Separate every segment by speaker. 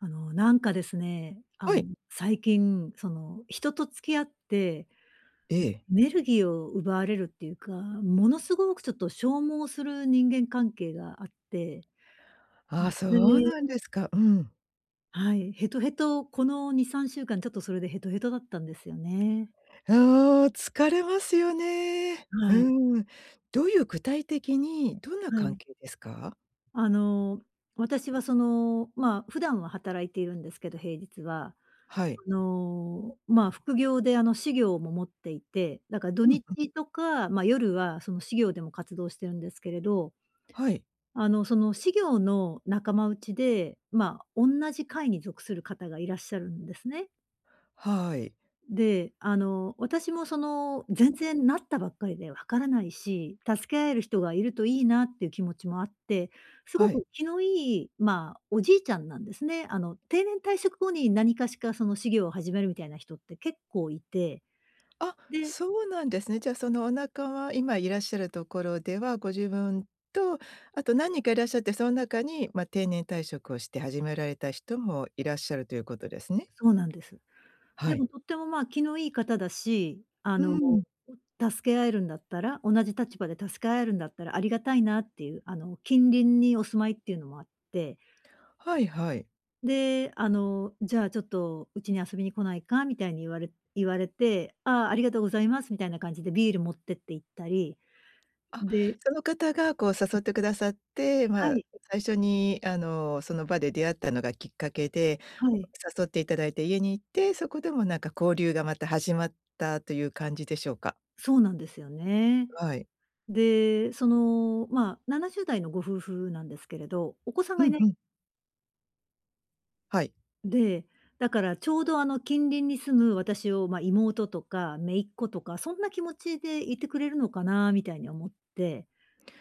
Speaker 1: なんかですね、
Speaker 2: はい。
Speaker 1: 最近、その、人と付き合って、
Speaker 2: え
Speaker 1: エ
Speaker 2: え。
Speaker 1: ネルギーを奪われるっていうか、ものすごくちょっと消耗する人間関係があって、
Speaker 2: ああ、そ
Speaker 1: それ
Speaker 2: う
Speaker 1: で、
Speaker 2: なんですか。うん。
Speaker 1: はい、ヘトヘト、この2、3週間ちょっとそれでヘトヘトだったんですよね。
Speaker 2: ああ、疲れますよね。
Speaker 1: はい、
Speaker 2: うん。どういう具体的にどんな
Speaker 1: は
Speaker 2: 関
Speaker 1: い。
Speaker 2: 係ですか？
Speaker 1: あの、私はその、まあ、普段は働いているんですけど、平日は。
Speaker 2: はい。
Speaker 1: まあ、副業で私業も持っていて、だから土
Speaker 2: うん。
Speaker 1: 日とか、まあ、夜はその私業でも活動してるんですけれど、
Speaker 2: はい。
Speaker 1: その私業の仲間内で、まあ、同じ会に属する方がいらっしゃるんですね。
Speaker 2: はい。
Speaker 1: で、私もその、全然なったばっかりでわからないし、助け合える人がいるといいなっていう気持ちもあって、すご
Speaker 2: はい。
Speaker 1: く気のいい、まあ、おじいちゃんなんですね。定年退職後に何かしかその事業を始めるみたいな人って結構いて、
Speaker 2: あ、
Speaker 1: で、
Speaker 2: そうなんですね。じゃあ、そのお仲間今いらっしゃるところでは、ご自分と、あと何人かいらっしゃって、その中に、ま、定年退職をして始められた人もいらっしゃるということですね。
Speaker 1: そうなんです。
Speaker 2: は
Speaker 1: で
Speaker 2: い。
Speaker 1: もとっても、まあ、気のいい方だし、
Speaker 2: うん。
Speaker 1: 助け合えるんだったら、同じ立場で助け合えるんだったらありがたいなっていう、近隣にお住まいっていうのもあって、
Speaker 2: はいはい。
Speaker 1: で、じゃあちょっとうちに遊びに来ないかみたいに言われて、ああ、ありがとうございますみたいな感じでビール持ってって行ったり、
Speaker 2: あ、
Speaker 1: で、
Speaker 2: その方がこう誘ってくださって、
Speaker 1: は
Speaker 2: まあ、
Speaker 1: い、
Speaker 2: 最初にあの、その場で出会ったのがきっかけで、
Speaker 1: はい、
Speaker 2: 誘っていただいて家に行って、そこでもなんか交流がまた始まったという感じでしょうか？
Speaker 1: そうなんですよね。
Speaker 2: はい。
Speaker 1: で、その、まあ、70代のご夫婦なんですけれど、お子さん
Speaker 2: う
Speaker 1: がい
Speaker 2: ん
Speaker 1: ない
Speaker 2: うん。はい。
Speaker 1: んで、だからちょうどあの近隣に住む私を、まあ、妹とか姪っ子とか、そんな気持ちでいてくれるのかなみたいに思って。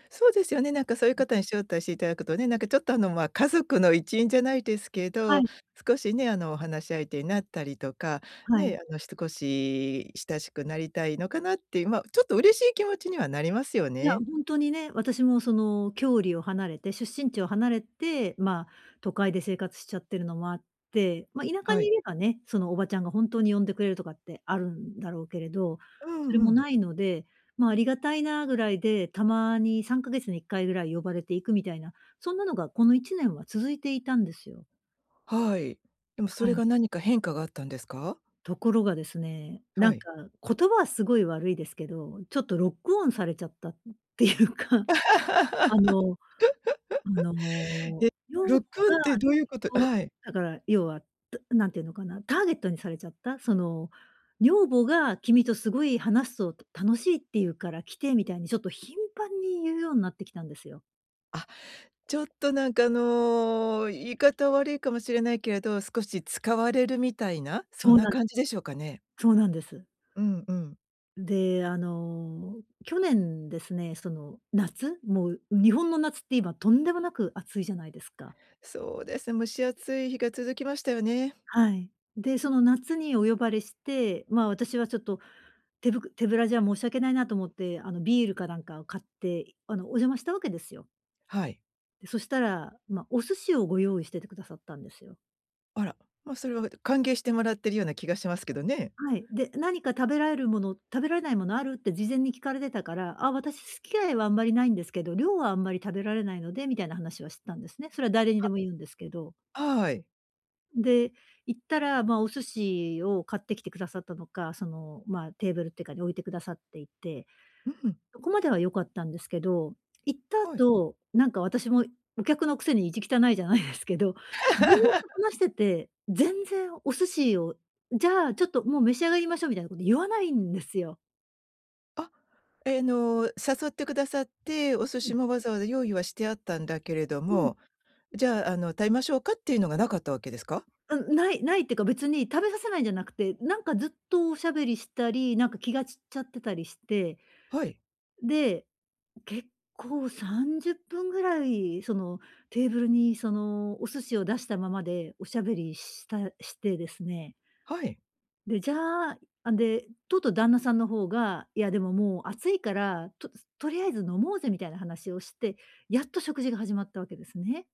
Speaker 2: そうですよね、なんかそういう方に招待していただくとね、なんかちょっとあの、まあ、家族の一員じゃないですけ
Speaker 1: は
Speaker 2: ど、
Speaker 1: い、
Speaker 2: 少しね、あの、お話し相手になったりとか、
Speaker 1: はい。
Speaker 2: ね、あの、少し親しくなりたいのかなっていう、まあ、ちょっと嬉しい気持ちにはなりますよ
Speaker 1: いや、
Speaker 2: ね。
Speaker 1: 本当にね、私もその郷里を離れて、出身地を離れて、まあ、都会で生活しちゃってるのもあって、まあ、田舎
Speaker 2: は
Speaker 1: にい
Speaker 2: い。
Speaker 1: ればね、そのおばちゃんが本当に呼んでくれるとかってあるんだろうけれど、
Speaker 2: う
Speaker 1: そ
Speaker 2: ん
Speaker 1: れ
Speaker 2: う
Speaker 1: も
Speaker 2: ん。
Speaker 1: ないので、まあ、ありがたいなぐらいで、たまに3ヶ月に1回ぐらい呼ばれていくみたいな、そんなのがこの1年は続いていたんですよ。
Speaker 2: はい。でもそ
Speaker 1: は
Speaker 2: れ
Speaker 1: い。
Speaker 2: が何か変化があったんですか？
Speaker 1: ところがですね、な
Speaker 2: は
Speaker 1: ん
Speaker 2: い。
Speaker 1: か言葉はすごい悪いですけど、ちょっとロックオンされちゃったっていうか、あ のあの、
Speaker 2: え、
Speaker 1: 女
Speaker 2: ロ
Speaker 1: 房
Speaker 2: ッ
Speaker 1: が
Speaker 2: クンってどうい
Speaker 1: きっ
Speaker 2: うこと、
Speaker 1: と、
Speaker 2: はい。
Speaker 1: だから要は、何て言うのかな、ターゲットにされちゃった、その、女房が君とすごい話すと楽しいって言うから来てみたいにちょっと頻繁に言うようになってきたんですよ。
Speaker 2: あ、ちょっとなんかあの、言い方悪いかもしれないけれど、少し使われるみたいな、そ
Speaker 1: そ
Speaker 2: ん
Speaker 1: う
Speaker 2: な
Speaker 1: なん
Speaker 2: 感じでしょうかね？
Speaker 1: そうなんです。
Speaker 2: うんうん。
Speaker 1: で、去年ですね、その夏、もう日本の夏って今とんでもなく暑いじゃないですか。
Speaker 2: そうですね、蒸し暑い日が続きましたよね。
Speaker 1: はい。で、その夏にお呼ばれして、まあ、私はちょっと手ぶらじゃ申し訳ないなと思って、ビールかなんかを買って、お邪魔したわけですよ。
Speaker 2: はい。
Speaker 1: で、そしたら、まあ、お寿司をご用意しててくださったんですよ。
Speaker 2: あら、ま、それは歓迎してもらってるような気がしますけどね。
Speaker 1: はい。で、「何か食べられるもの、食べられないものある？」って事前に聞かれてたから、「あ、私好き嫌いはあんまりないんですけど、量はあんまり食べられないので」みたいな話はしてたんですね。それは誰にでも言うんですけど。
Speaker 2: はい。
Speaker 1: で、行ったら、まあ、お寿司を買ってきてくださったのか、その、まあ、テーブルっていうかに置いてくださっていて、
Speaker 2: うん、
Speaker 1: そこまでは良かったんですけど、行った
Speaker 2: はい。
Speaker 1: 後、なんか私もお客のくせに意地汚いじゃないですけど、ずーっと話してて、全然お寿司を「じゃあ、ちょっともう召し上がりましょう」みたいなこと言わないんですよ。
Speaker 2: あ、誘ってくださって、お寿司もわざわざ用意はしてあったんだけれど
Speaker 1: うん、
Speaker 2: も、じゃあ、あの、食べましょうかっていうのがなかったわけですか？
Speaker 1: うん、ないないっていうか、別に食べさせないんじゃなくて、なんかずっとおしゃべりしたり、なんか気が散っちゃってたりして、
Speaker 2: はい、
Speaker 1: で、結構30分ぐらい、その、テーブルに、その、お寿司を出したままでおしゃべりしてですね。
Speaker 2: はい。
Speaker 1: で、じゃあ、あ、で、とうとう旦那さんの方が、いやでももう暑いから、とりあえず飲もうぜみたいな話をして、やっと食事が始まったわけですね。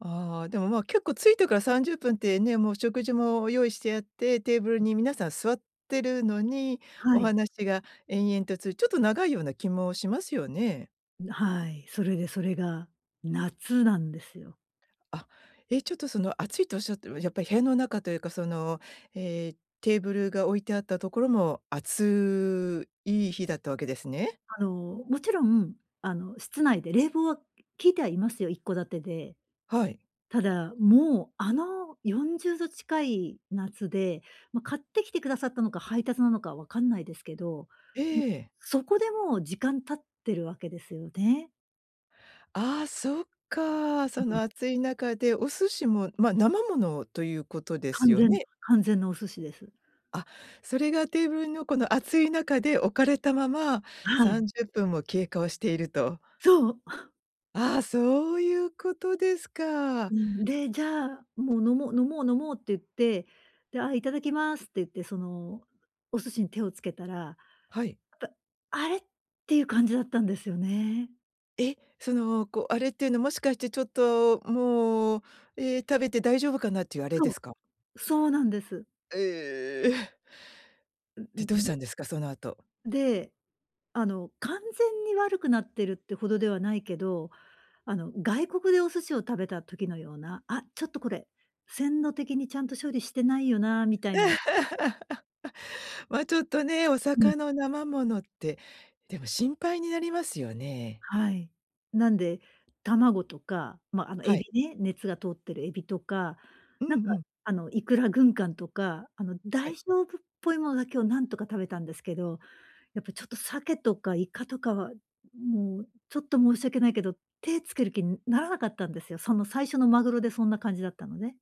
Speaker 2: ああ、でも、まあ、結構着いてから30分っぷんってね、もう食事も用意してあって、テーブルに皆さん座ってるのに、お
Speaker 1: はい。
Speaker 2: 話が延々とちょっと長いような気もしますよね。
Speaker 1: はい。それでそれが夏なんですよ。
Speaker 2: あ、え、ちょっとその暑いとおっしゃっても、やっぱり部屋の中というかその、ええ、テーブルが置いてあったところも暑い日だったわけですね。
Speaker 1: もちろん、室内で冷房は効いてはいますよ、一戸建てで。
Speaker 2: はい。
Speaker 1: ただ、もう、あの40度近い夏で、ま、買ってきてくださったのか、配達なのか分かんないですけど、
Speaker 2: え
Speaker 1: ん
Speaker 2: え。
Speaker 1: そこでもう時間経ってるわけですよね。
Speaker 2: ああ、そっか。そ
Speaker 1: う
Speaker 2: の
Speaker 1: ん、
Speaker 2: 暑い中でお寿司も、ま、生ものということです
Speaker 1: 完
Speaker 2: よ
Speaker 1: 全
Speaker 2: ね。
Speaker 1: 完全なお寿司です。
Speaker 2: あ、それがテーブルのこの暑い中で置かれたまま
Speaker 1: はい。
Speaker 2: 30分も経過をしていると。
Speaker 1: そう。
Speaker 2: ああ、そういうことですか。
Speaker 1: うん、で、じゃあ、もう飲もう飲もう飲もうって言って、で、あ、いただきますって言って、その、お寿司に手をつけたら、やっ
Speaker 2: はい。
Speaker 1: ぱ、あれ？っていう感じだったんですよね。
Speaker 2: え、その、こう、あれっていうのもしかしてちょっともう、食べて大丈夫かなっていうあれで
Speaker 1: そう、
Speaker 2: すか？
Speaker 1: そうなんです。
Speaker 2: ええ。
Speaker 1: ん
Speaker 2: で、どう
Speaker 1: ん、
Speaker 2: し
Speaker 1: で
Speaker 2: たんですか？その後。
Speaker 1: で完全に悪くなってるってほどではないけど、外国でお寿司を食べた時のような、あ、ちょっとこれ、鮮度的にちゃんと処理してないよなみたいな。
Speaker 2: ま、あちょっとね、お
Speaker 1: うん、
Speaker 2: 魚、の生ものって、でも心配になりますよね。
Speaker 1: はい。なんで、卵とか、まあ、
Speaker 2: は
Speaker 1: エビ
Speaker 2: い。
Speaker 1: ね、熱が通ってるエビとか、
Speaker 2: うん
Speaker 1: なん
Speaker 2: う
Speaker 1: か、
Speaker 2: ん。
Speaker 1: イクラ軍艦とか、
Speaker 2: は
Speaker 1: 大
Speaker 2: い。
Speaker 1: 丈夫っぽいものだけをなんとか食べたんですけど、やっぱちょっと鮭とかイカとかは、もうちょっと申し訳ないけど、手つける気にならなかったんですよ。その最初のマグロでそんな感じだったのね。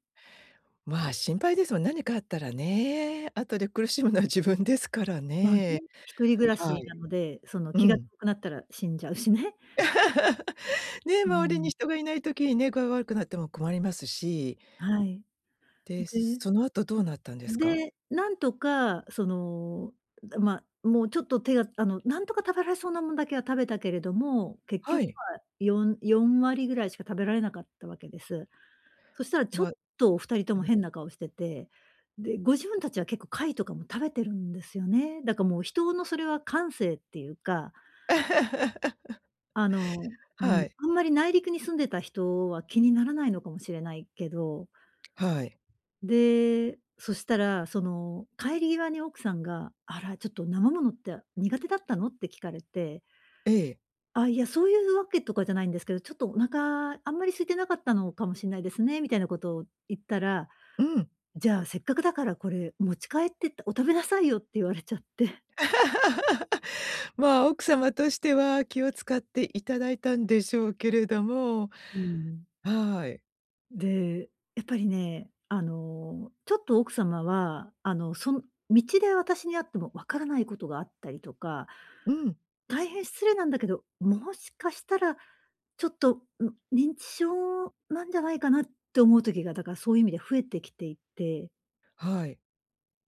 Speaker 2: まあ、心配ですもん、何かあったらね、後で苦しむのは自分ですから
Speaker 1: まあね、
Speaker 2: ね。
Speaker 1: 一人暮ら
Speaker 2: は
Speaker 1: し
Speaker 2: い。
Speaker 1: なので、その気
Speaker 2: う
Speaker 1: が
Speaker 2: ん。
Speaker 1: 遠くなったら死んじゃうしね。
Speaker 2: ね、
Speaker 1: う
Speaker 2: 周りに
Speaker 1: ん、
Speaker 2: 人がいない時にね、具合悪くなっても困りますし、
Speaker 1: はい。
Speaker 2: で、
Speaker 1: で
Speaker 2: その後どうなったんですか？
Speaker 1: で、なんとかその、まあ、もうちょっと手がなんとか食べられそうなもんだけは食べたけれども、結
Speaker 2: は
Speaker 1: 局
Speaker 2: い。
Speaker 1: は4割ぐらいしか食べられなかったわけです。そしたらちょっ
Speaker 2: ま、
Speaker 1: とお二人とも
Speaker 2: ね。
Speaker 1: 変な顔してて、で、ご自分たちは結構貝とかも食べてるんですよね。だからもう人のそれは感性っていうか、あの、う
Speaker 2: は
Speaker 1: ん、
Speaker 2: い。
Speaker 1: あんまり内陸に住んでた人は気にならないのかもしれないけど、
Speaker 2: はい。
Speaker 1: で、そしたらその帰り際に奥さんが「あら、ちょっと生ものって苦手だったの？」って聞かれて
Speaker 2: ええ。
Speaker 1: 「あ、いや、そういうわけとかじゃないんですけど、ちょっとお腹あんまり空いてなかったのかもしれないですね」みたいなことを言ったら、
Speaker 2: うん。
Speaker 1: じゃあ、せっかくだからこれ持ち帰ってってお食べなさいよって言われちゃって。
Speaker 2: まあ、奥様としては気を使っていただいたんでしょうけれども、
Speaker 1: うん。
Speaker 2: はい。
Speaker 1: で、やっぱりね、ちょっと奥様は、その道で私に会ってもわからないことがあったりとか、
Speaker 2: うん、
Speaker 1: 大変失礼なんだけど、もしかしたらちょっと、認知症なんじゃないかなって思う時が、だからそういう意味で増えてきていて、
Speaker 2: はい。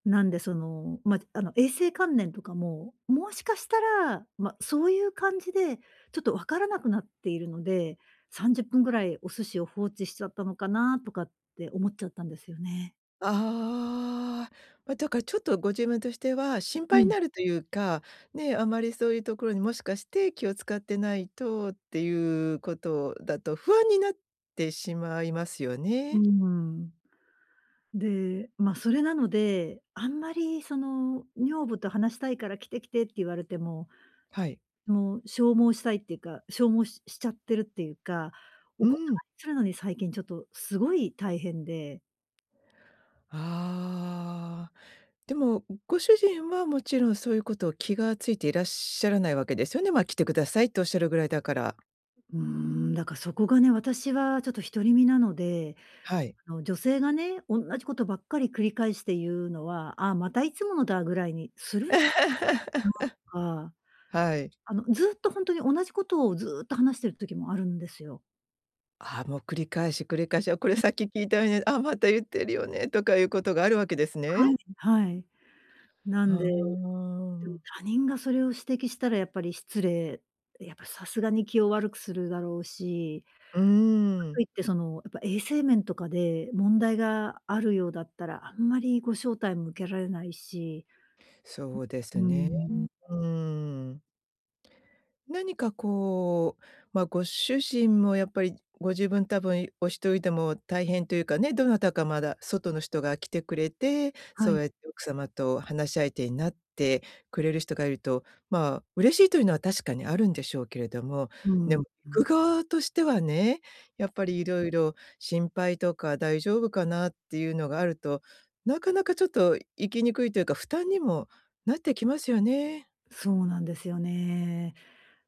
Speaker 1: なんで、その、まあ、衛生観念とかも、もしかしたら、まあ、そういう感じで、ちょっと分からなくなっているので、30分ぐらいお寿司を放置しちゃったのかなとかって思っちゃったんですよね。
Speaker 2: ああ、ま、だからちょっとご自分としては心
Speaker 1: う
Speaker 2: 配に
Speaker 1: ん。
Speaker 2: なるというか、ね、あまりそういうところにもしかして気を使ってないとっていうことだと不安になってしまいますよ
Speaker 1: うー
Speaker 2: ね。
Speaker 1: ん。で、まあ、それなので、あんまりその、女房と話したいから来て来てって言われても、
Speaker 2: はい。
Speaker 1: もう消耗したいっていうか、消耗しちゃってるっていうか、お
Speaker 2: う
Speaker 1: 断り
Speaker 2: ん。
Speaker 1: するのに最近ちょっとすごい大変で。
Speaker 2: ああ。でも、ご主人はもちろんそういうことを気がついていらっしゃらないわけですよね。ま、あ来てくださいとおっしゃるぐらいだから。
Speaker 1: うーん、だからそこがね、私はちょっと独り身なので、
Speaker 2: はい。
Speaker 1: 女性がね、同じことばっかり繰り返して言うのは、ああ、またいつものだぐらいにスルーし とか、
Speaker 2: はい。
Speaker 1: ずっとほんとに同じことをずっと話してる時もあるんですよ。
Speaker 2: ああ、もう繰り返し繰り返し、あ、これさっき聞いたよね、あ、また言ってるよねとかいうことがあるわけです
Speaker 1: は
Speaker 2: ね。
Speaker 1: い、はい。な
Speaker 2: あ
Speaker 1: んで、で
Speaker 2: ー
Speaker 1: も他人がそれを指摘したらやっぱり失礼、やっぱさすがに気を悪くするだろうし、
Speaker 2: う
Speaker 1: か
Speaker 2: ん、
Speaker 1: といってその、やっぱ衛生面とかで問題があるようだったら、あんまりご招待も受けられないし、
Speaker 2: そうで
Speaker 1: う
Speaker 2: す
Speaker 1: ー
Speaker 2: ね。
Speaker 1: ん。
Speaker 2: うん。何かこう、まあ、ご主人もやっぱりご自分多分お一人でも大変というかね、どなたかまだ外の人が来てくれて、
Speaker 1: は
Speaker 2: そう
Speaker 1: い。
Speaker 2: やって奥様と話し相手になってくれる人がいると、まあ、嬉しいというのは確かにあるんでしょうけれども、
Speaker 1: う
Speaker 2: で
Speaker 1: ん、
Speaker 2: も
Speaker 1: う
Speaker 2: 行く
Speaker 1: ん。
Speaker 2: 側としてはね、やっぱりいろいろ心配とか大丈夫かなっていうのがあると、なかなかちょっと行きにくいというか、負担にもなってきますよね。
Speaker 1: そうなんですよね。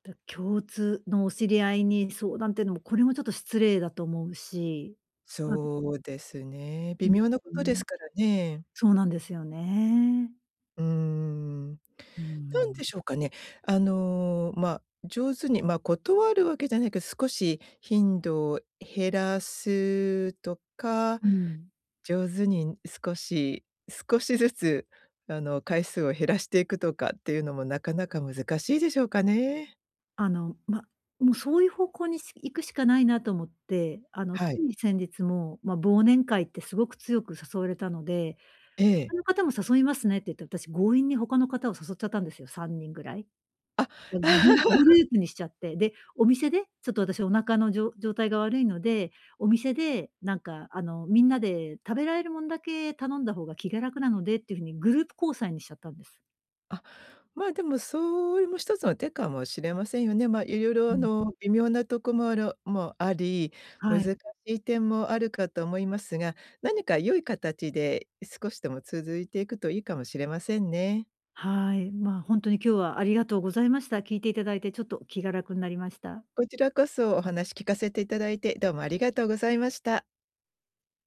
Speaker 1: 共通のお知り合いに相談っていうのも、これもちょっと失礼だと思うし。あ、
Speaker 2: そうですね。
Speaker 1: う
Speaker 2: 微
Speaker 1: ん、
Speaker 2: 妙なこ
Speaker 1: う
Speaker 2: とで
Speaker 1: ん。
Speaker 2: すからね。
Speaker 1: そうなんですよね。
Speaker 2: うーん。
Speaker 1: う
Speaker 2: なん
Speaker 1: ん。
Speaker 2: でしょうかね。あの、まあ、上手に、まあ、断るわけじゃないけど、少し頻度を減らすとか、
Speaker 1: うん。
Speaker 2: 上手に少しずつ、あの、回数を減らしていくとかっていうのもなかなか難しいでしょうかね。
Speaker 1: ま、もうそういう方向に行くしかないなと思って、つ
Speaker 2: はい。
Speaker 1: い先日も、ま、忘年会ってすごく強く誘われたので、
Speaker 2: ええ。
Speaker 1: 「他の方も誘いますね」って言って、私強引に他の方を誘っちゃったんですよ、3人ぐらい。
Speaker 2: あ。
Speaker 1: グ グループにしちゃって、で、お店で、ちょっと私お腹の状態が悪いので、お店でなんかみんなで食べられるもんだけ頼んだ方が気が楽なのでっていう風にグループ交際にしちゃったんです。
Speaker 2: ま、でもそれも一つの手かもしれませんよね。ま、いろいろ
Speaker 1: う
Speaker 2: あ
Speaker 1: ん。
Speaker 2: の微妙なとこもあらもあり、難
Speaker 1: はい。
Speaker 2: しい点もあるかと思いますが、何か良い形で少しでも続いていくといいかもしれませんね。
Speaker 1: はい。まあ、ほんとに今日はありがとうございました。聞いていただいてちょっと気が楽になりました。
Speaker 2: こちらこそお話聞かせていただいて、どうもありがとうございました。